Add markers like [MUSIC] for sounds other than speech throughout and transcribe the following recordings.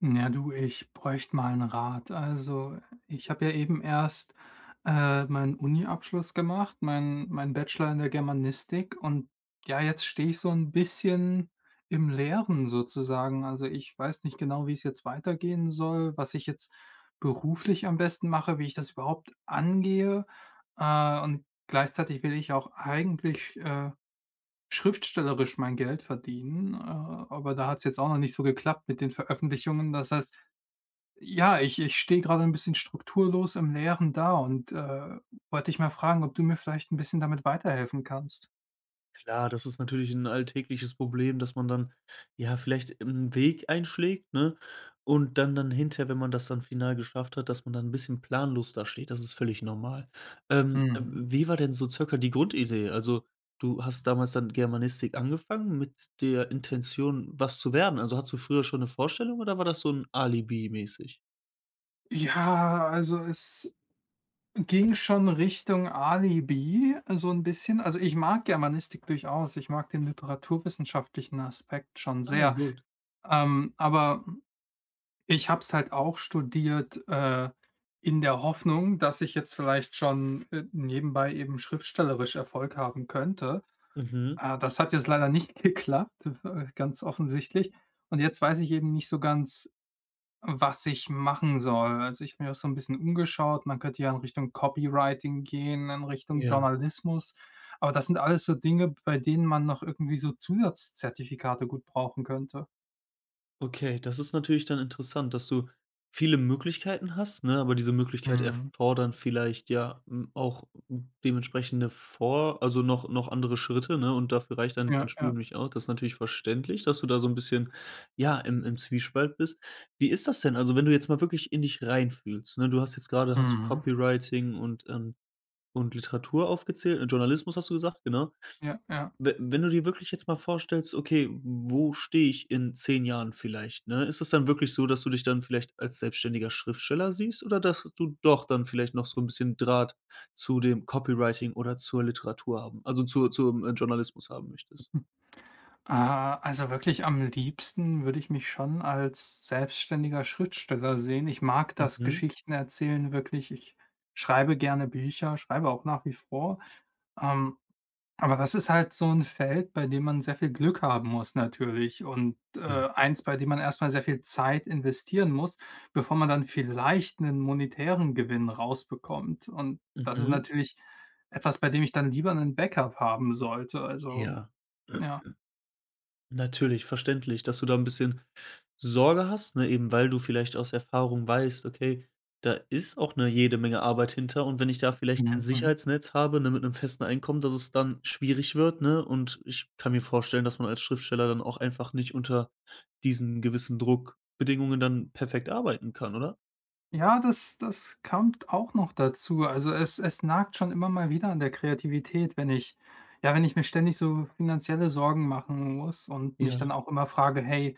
Ja, du, ich bräuchte mal einen Rat. Also, ich habe ja eben erst, meinen Uni-Abschluss gemacht, meinen Bachelor in der Germanistik und ja, jetzt stehe ich so ein bisschen im Leeren sozusagen. Also, ich weiß nicht genau, wie es jetzt weitergehen soll, was ich jetzt beruflich am besten mache, wie ich das überhaupt angehe. Und gleichzeitig will ich auch eigentlich, schriftstellerisch mein Geld verdienen, aber da hat es jetzt auch noch nicht so geklappt mit den Veröffentlichungen. Das heißt, ja, ich stehe gerade ein bisschen strukturlos im Leeren da und, wollte dich mal fragen, ob du mir vielleicht ein bisschen damit weiterhelfen kannst. Klar, das ist natürlich ein alltägliches Problem, dass man dann, ja, vielleicht einen Weg einschlägt, ne? Und dann hinterher, wenn man das dann final geschafft hat, dass man dann ein bisschen planlos da steht. Das ist völlig normal. W Mhm. wie war denn so circa die Grundidee? Also, du hast damals dann Germanistik angefangen mit der Intention, was zu werden. Also, hattest du früher schon eine Vorstellung oder war das so ein Alibi-mäßig? Ja, also es ging schon Richtung Alibi so ein bisschen. Also, ich mag Germanistik durchaus. Ich mag den literaturwissenschaftlichen Aspekt schon Ah, sehr. gut. Aber ich habe es halt auch studiert, in der Hoffnung, dass ich jetzt vielleicht schon, nebenbei eben schriftstellerisch Erfolg haben könnte. Mhm. Ah, das hat jetzt leider nicht [LAUGHS] geklappt, ganz offensichtlich. Und jetzt weiß ich eben nicht so ganz, was ich machen soll. Also, ich habe mich auch so ein bisschen umgeschaut. Man könnte ja in Richtung Copywriting gehen, in Richtung Ja. Journalismus. Aber das sind alles so Dinge, bei denen man noch irgendwie so Zusatzzertifikate gut brauchen könnte. Okay, das ist natürlich dann interessant, dass du viele Möglichkeiten hast, ne, aber diese Möglichkeit Mhm. erfordern vielleicht, ja, auch dementsprechende vor also noch andere Schritte, ne, und dafür reicht dann Ja, dein ja. Studium nicht aus. Das ist natürlich verständlich, dass du da so ein bisschen, ja, im Zwiespalt bist. Wie ist das denn? Also, wenn du jetzt mal wirklich in dich reinfühlst, ne? Du hast jetzt gerade hast du Mhm. Copywriting und Literatur aufgezählt, Journalismus hast du gesagt, genau. Ja, ja. We wenn du dir wirklich jetzt mal vorstellst, okay, wo stehe ich in 10 Jahren vielleicht, ne? Ist es dann wirklich so, dass du dich dann vielleicht als selbstständiger Schriftsteller siehst oder dass du doch dann vielleicht noch so ein bisschen Draht zu dem Copywriting oder zur Literatur haben also, zu zum, Journalismus haben möchtest? Ah, also wirklich am liebsten würde ich mich schon als selbstständiger Schriftsteller sehen. Ich mag das Mhm. Geschichten erzählen wirklich. Ich schreibe gerne Bücher, schreibe auch nach wie vor. Ähm, aber das ist halt so ein Feld, bei dem man sehr viel Glück haben muss natürlich und, Ja. eins, bei dem man erstmal sehr viel Zeit investieren muss, bevor man dann vielleicht einen monetären Gewinn rausbekommt. Und das ist Mhm. natürlich etwas, bei dem ich dann lieber einen Backup haben sollte. Also, Ja. [CLEARS THROAT] ja. Natürlich, verständlich, dass du da ein bisschen Sorge hast, ne, eben weil du vielleicht aus Erfahrung weißt: „Okay, da ist auch 'ne jede Menge Arbeit hinter und wenn ich da vielleicht kein Mhm, mhm. Sicherheitsnetz habe, ne, mit einem festen Einkommen, dass es dann schwierig wird“, ne? Und ich kann mir vorstellen, dass man als Schriftsteller dann auch einfach nicht unter diesen gewissen Druckbedingungen dann perfekt arbeiten kann, oder? Ja, das das kommt auch noch dazu. Also, es es nagt schon immer mal wieder an der Kreativität, wenn ich ja, wenn ich mir ständig so finanzielle Sorgen machen muss und mich Ja. dann auch immer frage: „Hey,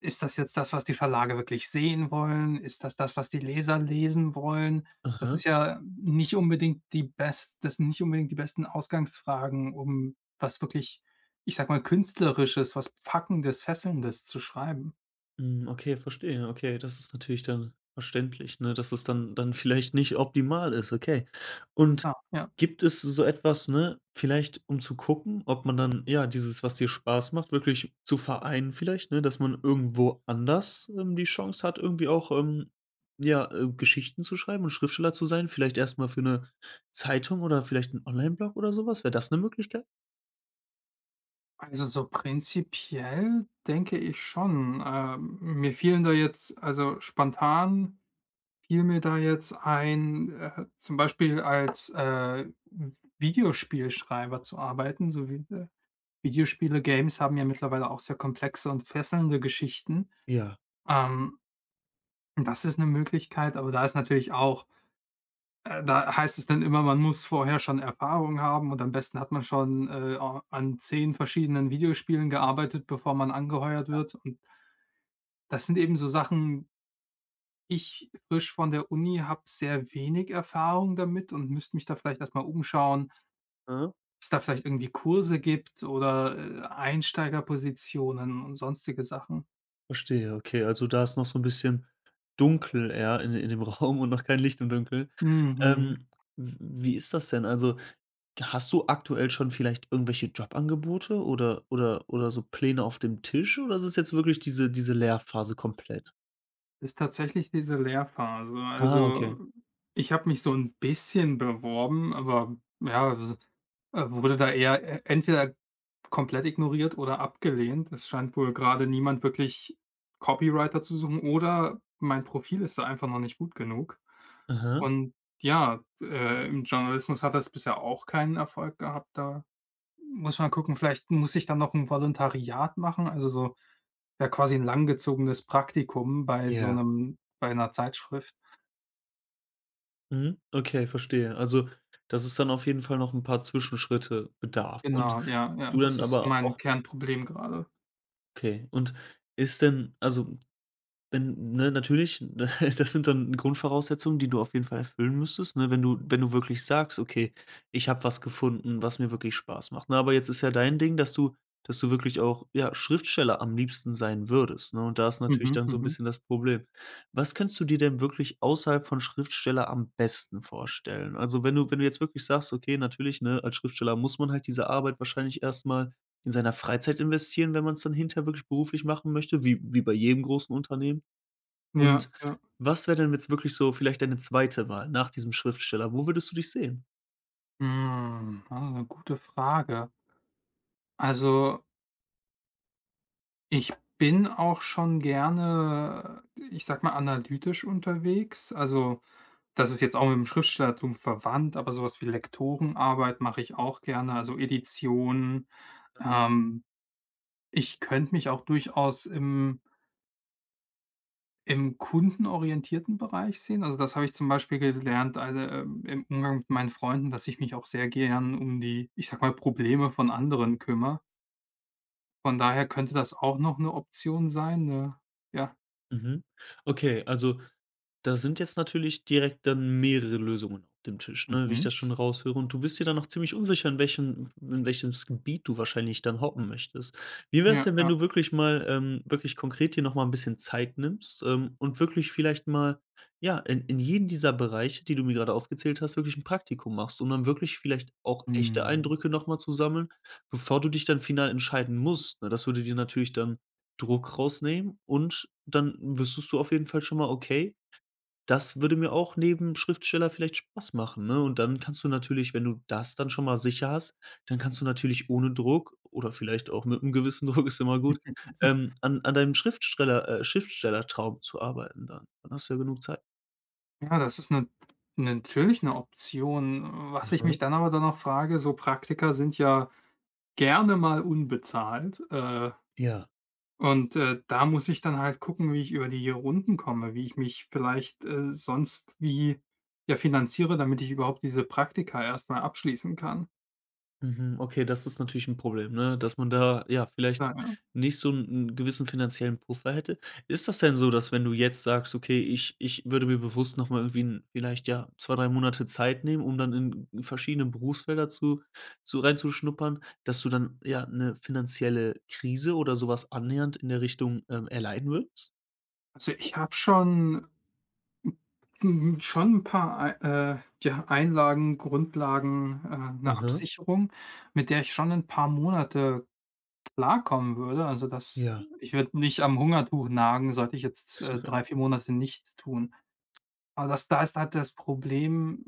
ist das jetzt das, was die Verlage wirklich sehen wollen? Ist das das, was die Leser lesen wollen?“ Das ist Aha. ja nicht unbedingt die best das sind nicht unbedingt die besten Ausgangsfragen, um was wirklich, ich sag mal, Künstlerisches, was Packendes, Fesselndes zu schreiben. Hm, okay, verstehe. Okay, das ist natürlich dann verständlich, ne, dass es dann vielleicht nicht optimal ist, okay. Und Ja, ja. gibt es so etwas, ne, vielleicht um zu gucken, ob man dann, ja, dieses, was dir Spaß macht, wirklich zu vereinen vielleicht, ne, dass man irgendwo anders, die Chance hat, irgendwie auch, ja, Geschichten zu schreiben und Schriftsteller zu sein? Vielleicht erst mal für 'ne Zeitung oder vielleicht 'n Onlineblock oder so was? Wäre das 'ne Möglichkeit? Also, so prinzipiell denke ich schon. Mir fielen da jetzt also, spontan fiel mir da jetzt ein, zum Beispiel als, V Videospielschreiber zu arbeiten, so wie, Videospiele, Games haben ja mittlerweile auch sehr komplexe und fesselnde Geschichten. Ja. Ähm, das ist eine Möglichkeit, aber da ist natürlich auch da heißt es dann immer, man muss vorher schon Erfahrung haben und am besten hat man schon, a an 10 verschiedenen Videospielen gearbeitet, bevor man angeheuert wird. Und das sind eben so Sachen ich frisch von der Uni habe sehr wenig Erfahrung damit und müsste mich da vielleicht erst mal umschauen, ob Mhm. es da vielleicht irgendwie Kurse gibt oder, Einsteigerpositionen und sonstige Sachen. Verstehe, okay. Also, da ist noch so ein bisschen dunkel eher in dem [LAUGHS] Raum und noch kein Licht im Dunkeln. Mhm. Ähm, w wie ist das denn? Also, hast du aktuell schon vielleicht irgendwelche Jobangebote oder so Pläne auf dem Tisch oder ist es jetzt wirklich diese Lehrphase komplett? Ist tatsächlich diese Lehrphase. Ah, Also, okay. ich habe mich so ein bisschen beworben, aber ja, s wurde da eher e entweder komplett ignoriert oder abgelehnt. Es scheint wohl gerade niemand wirklich Copywriter zu suchen oder mein Profil ist da einfach noch nicht gut genug. Aha. Und ja, im Journalismus hat das bisher auch keinen Erfolg gehabt. Da muss man gucken, vielleicht muss ich dann noch ein Volontariat machen, also so ja, quasi 'n langgezogenes Praktikum bei so Ja. 'nem bei 'ner Zeitschrift. Mhm, okay, verstehe. Also, dass es dann auf jeden Fall noch ein paar Zwischenschritte bedarf und Genau, ja, ja, du das dann ist so aber mein auch, Kernproblem gerade. okay. Und ist denn also, wenn, ne, natürlich, ne, [LAUGHS] das sind dann Grundvoraussetzungen, die du auf jeden Fall erfüllen müsstest, ne, wenn du wenn du wirklich sagst: „Okay, ich habe was gefunden, was mir wirklich Spaß macht.“ Ne, aber jetzt ist ja dein Ding, dass du wirklich auch, ja, Schriftsteller am liebsten sein würdest, ne? Und da ist natürlich Mhm, dann so ein mhm. bisschen das Problem. Was kannst du dir denn wirklich außerhalb von Schriftsteller am besten vorstellen? Also, wenn du wenn du jetzt wirklich sagst: „Okay, natürlich, ne, als Schriftsteller muss man halt diese Arbeit wahrscheinlich erstmal in seiner Freizeit investieren, wenn man es dann hinterher wirklich beruflich machen möchte“, wie bei jedem großen Unternehmen. Ja, Und ja. was wäre denn jetzt wirklich so vielleicht deine zweite Wahl nach diesem Schriftsteller? Wo würdest du dich sehen? Hm, ah, 'ne gute Frage. Also, ich bin auch schon gerne, ich sage mal, analytisch unterwegs. Also, das ist jetzt auch mit dem Schriftstellertum verwandt, aber so was wie Lektorenarbeit mache ich auch gerne, also Edition, ähm. Ich könnte mich auch durchaus im im kundenorientierten Bereich sehen. Also, das habe ich zum Beispiel gelernt, also, im Umgang mit meinen Freunden, dass ich mich auch sehr gern um die, ich sag mal, Probleme von anderen kümmere. Von daher könnte das auch noch eine Option sein, ne? Ja. Mhm. Okay, also da sind jetzt natürlich direkt dann mehrere Lösungen auf dem Tisch, ne, wie ich Mhm. das schon raushöre. Und du bist dir dann noch ziemlich unsicher, in welches Gebiet du wahrscheinlich dann hoppen möchtest. Wie wär's Ja, denn, wenn ja. du wirklich mal, wirklich konkret dir noch mal 'n bisschen Zeit nimmst, und wirklich vielleicht mal, ja, in jeden dieser Bereiche, die du mir gerade aufgezählt hast, wirklich ein Praktikum machst, um dann wirklich vielleicht auch echte Mhm. Eindrücke noch mal zu sammeln, bevor du dich dann final entscheiden musst, ne? Das würde dir natürlich dann Druck rausnehmen und dann wüsstest du auf jeden Fall schon mal: „Okay, das würde mir auch neben Schriftsteller vielleicht Spaß machen, ne? Und dann kannst du natürlich, wenn du das dann schon mal sicher hast, dann kannst du natürlich ohne Druck oder vielleicht auch mit einem gewissen [LAUGHS] Druck, ist immer gut, [LAUGHS] an deinem Schriftstellertraum zu arbeiten dann. Dann hast du ja genug Zeit. Ja, das ist 'ne natürlich eine Option. Was ich Mhm, mich dann aber dann noch frage, so Praktika sind ja gerne mal unbezahlt, äh. ja. Und, da muss ich dann halt gucken, wie ich über die Runden komme, wie ich mich vielleicht, sonst wie, ja, finanziere, damit ich überhaupt diese Praktika erstmal abschließen kann. Mhm, okay, das ist natürlich ein Problem, ne, dass man da, ja, vielleicht Ja, ja. nicht so einen gewissen finanziellen Puffer hätte. Ist das denn so, dass wenn du jetzt sagst: „Okay, ich würde mir bewusst noch mal irgendwie 'n vielleicht, ja, 2, 3 Monate Zeit nehmen, um dann in verschiedene Berufsfelder zu reinzuschnuppern“, dass du dann, ja, eine finanzielle Krise oder sowas was annähernd in der Richtung, erleiden würdest? Also, ich habe schon schon ein paar Ei ja, Einlagen, Grundlagen, 'ne Mhm, Absicherung, mit der ich schon ein paar Monate klarkommen würde. Also, das ja, ich würde nicht am Hungertuch nagen, sollte ich jetzt, 3, 4 Monate nichts tun. Aber das da ist halt das Problem.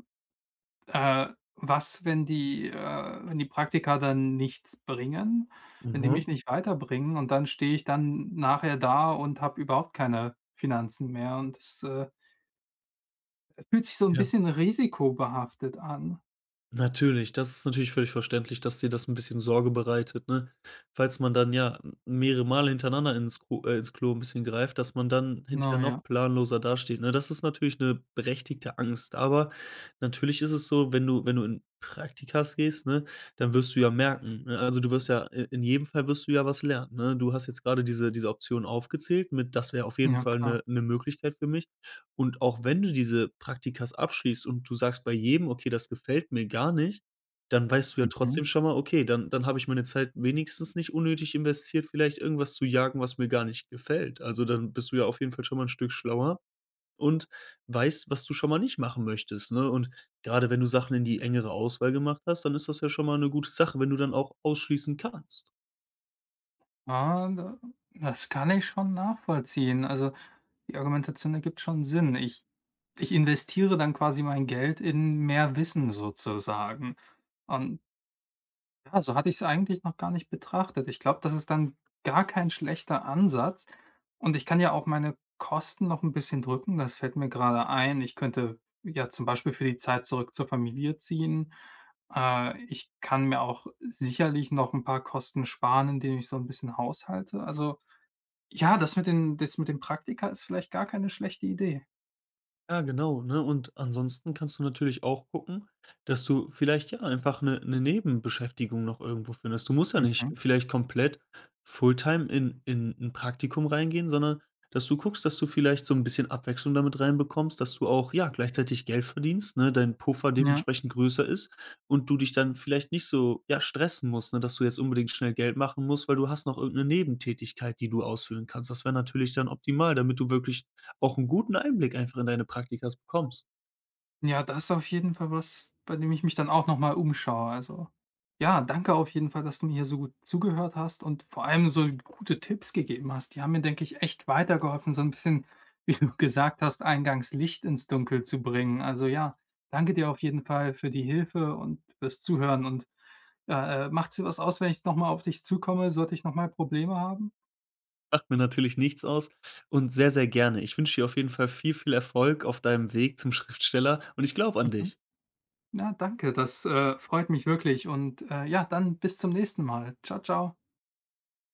Was, wenn die wenn die Praktika dann nichts bringen, wenn die mhm, mich nicht weiterbringen und dann stehe ich dann nachher da und habe überhaupt keine Finanzen mehr und es fühlt sich so ein ja. bisschen risikobehaftet an. Natürlich, das ist natürlich völlig verständlich, dass dir das ein bisschen Sorge bereitet, ne? Falls man dann ja mehrere Male hintereinander ins Klo ein bisschen greift, dass man dann hinterher Na ja, noch planloser dasteht, ne? Das ist natürlich eine berechtigte Angst, aber natürlich ist es so, wenn du wenn du in Praktikas gehst, ne, dann wirst du ja merken, ne, also, du wirst ja i in jedem Fall wirst du ja was lernen, ne? Du hast jetzt gerade diese Option aufgezählt mit: „Das wäre auf jeden ja Fall klar. eine Möglichkeit für mich.“ Und auch wenn du diese Praktikas abschließt und du sagst bei jedem: „Okay, das gefällt mir gar nicht“, dann weißt du ja Mhm. trotzdem schon mal: „Okay, dann habe ich meine Zeit wenigstens nicht unnötig investiert, vielleicht irgendwas zu jagen, was mir gar nicht gefällt.“ Also, dann bist du ja auf jeden Fall schon mal 'n Stück schlauer und weißt, was du schon mal nicht machen möchtest, ne? Und grade wenn du Sachen in die engere Auswahl gemacht hast, dann ist das ja schon mal 'ne gute Sache, wenn du dann auch ausschließen kannst. Ah, da das kann ich schon nachvollziehen. Also, die Argumentation ergibt schon Sinn. Ich investiere dann quasi mein Geld in mehr Wissen sozusagen. Und ja, so hatte ich es eigentlich noch gar nicht betrachtet. Ich glaube, das ist dann gar kein schlechter Ansatz und ich kann ja auch meine Kosten noch ein bisschen drücken. Das fällt mir gerade ein. Ich könnte ja zum Beispiel für die Zeit zurück zur Familie ziehen. Ich kann mir auch sicherlich noch ein paar Kosten sparen, indem ich so ein bisschen haushalte. Also, ja, das mit den das mit dem Praktika ist vielleicht gar keine schlechte Idee. Ja, genau, ne? Und ansonsten kannst du natürlich auch gucken, dass du vielleicht ja einfach eine Nebenbeschäftigung noch irgendwo findest. Du musst ja nicht Mhm. vielleicht komplett Fulltime in ein Praktikum reingehen, sondern dass du guckst, dass du vielleicht so ein bisschen Abwechslung damit reinbekommst, dass du auch, ja, gleichzeitig Geld verdienst, ne, dein Puffer Ja. dementsprechend größer ist und du dich dann vielleicht nicht so, ja, stressen musst, ne, dass du jetzt unbedingt schnell Geld machen musst, weil du hast noch irgendeine Nebentätigkeit, die du ausführen kannst. Das wäre natürlich dann optimal, damit du wirklich auch einen guten Einblick einfach in deine Praktikas bekommst. Ja, das ist auf jeden Fall was, bei dem ich mich dann auch noch mal umschaue. Also, ja, danke auf jeden Fall, dass du mir hier so gut zugehört hast und vor allem so gute Tipps gegeben hast. Die haben mir, denke ich, echt weitergeholfen, so ein bisschen, [LAUGHS] wie du gesagt hast, eingangs Licht ins Dunkel zu bringen. Also, ja, danke dir auf jeden Fall für die Hilfe und fürs Zuhören und, ja, macht's dir was aus, wenn ich noch mal auf dich zukomme, sollte ich noch mal Probleme haben? Macht mir natürlich nichts aus und sehr, sehr gerne. Ich wünsche dir auf jeden Fall viel, viel Erfolg auf deinem Weg zum Schriftsteller und ich glaube an Mhm. dich. Ja, danke, das, freut mich wirklich und, ja, dann bis zum nächsten Mal. Ciao, ciao.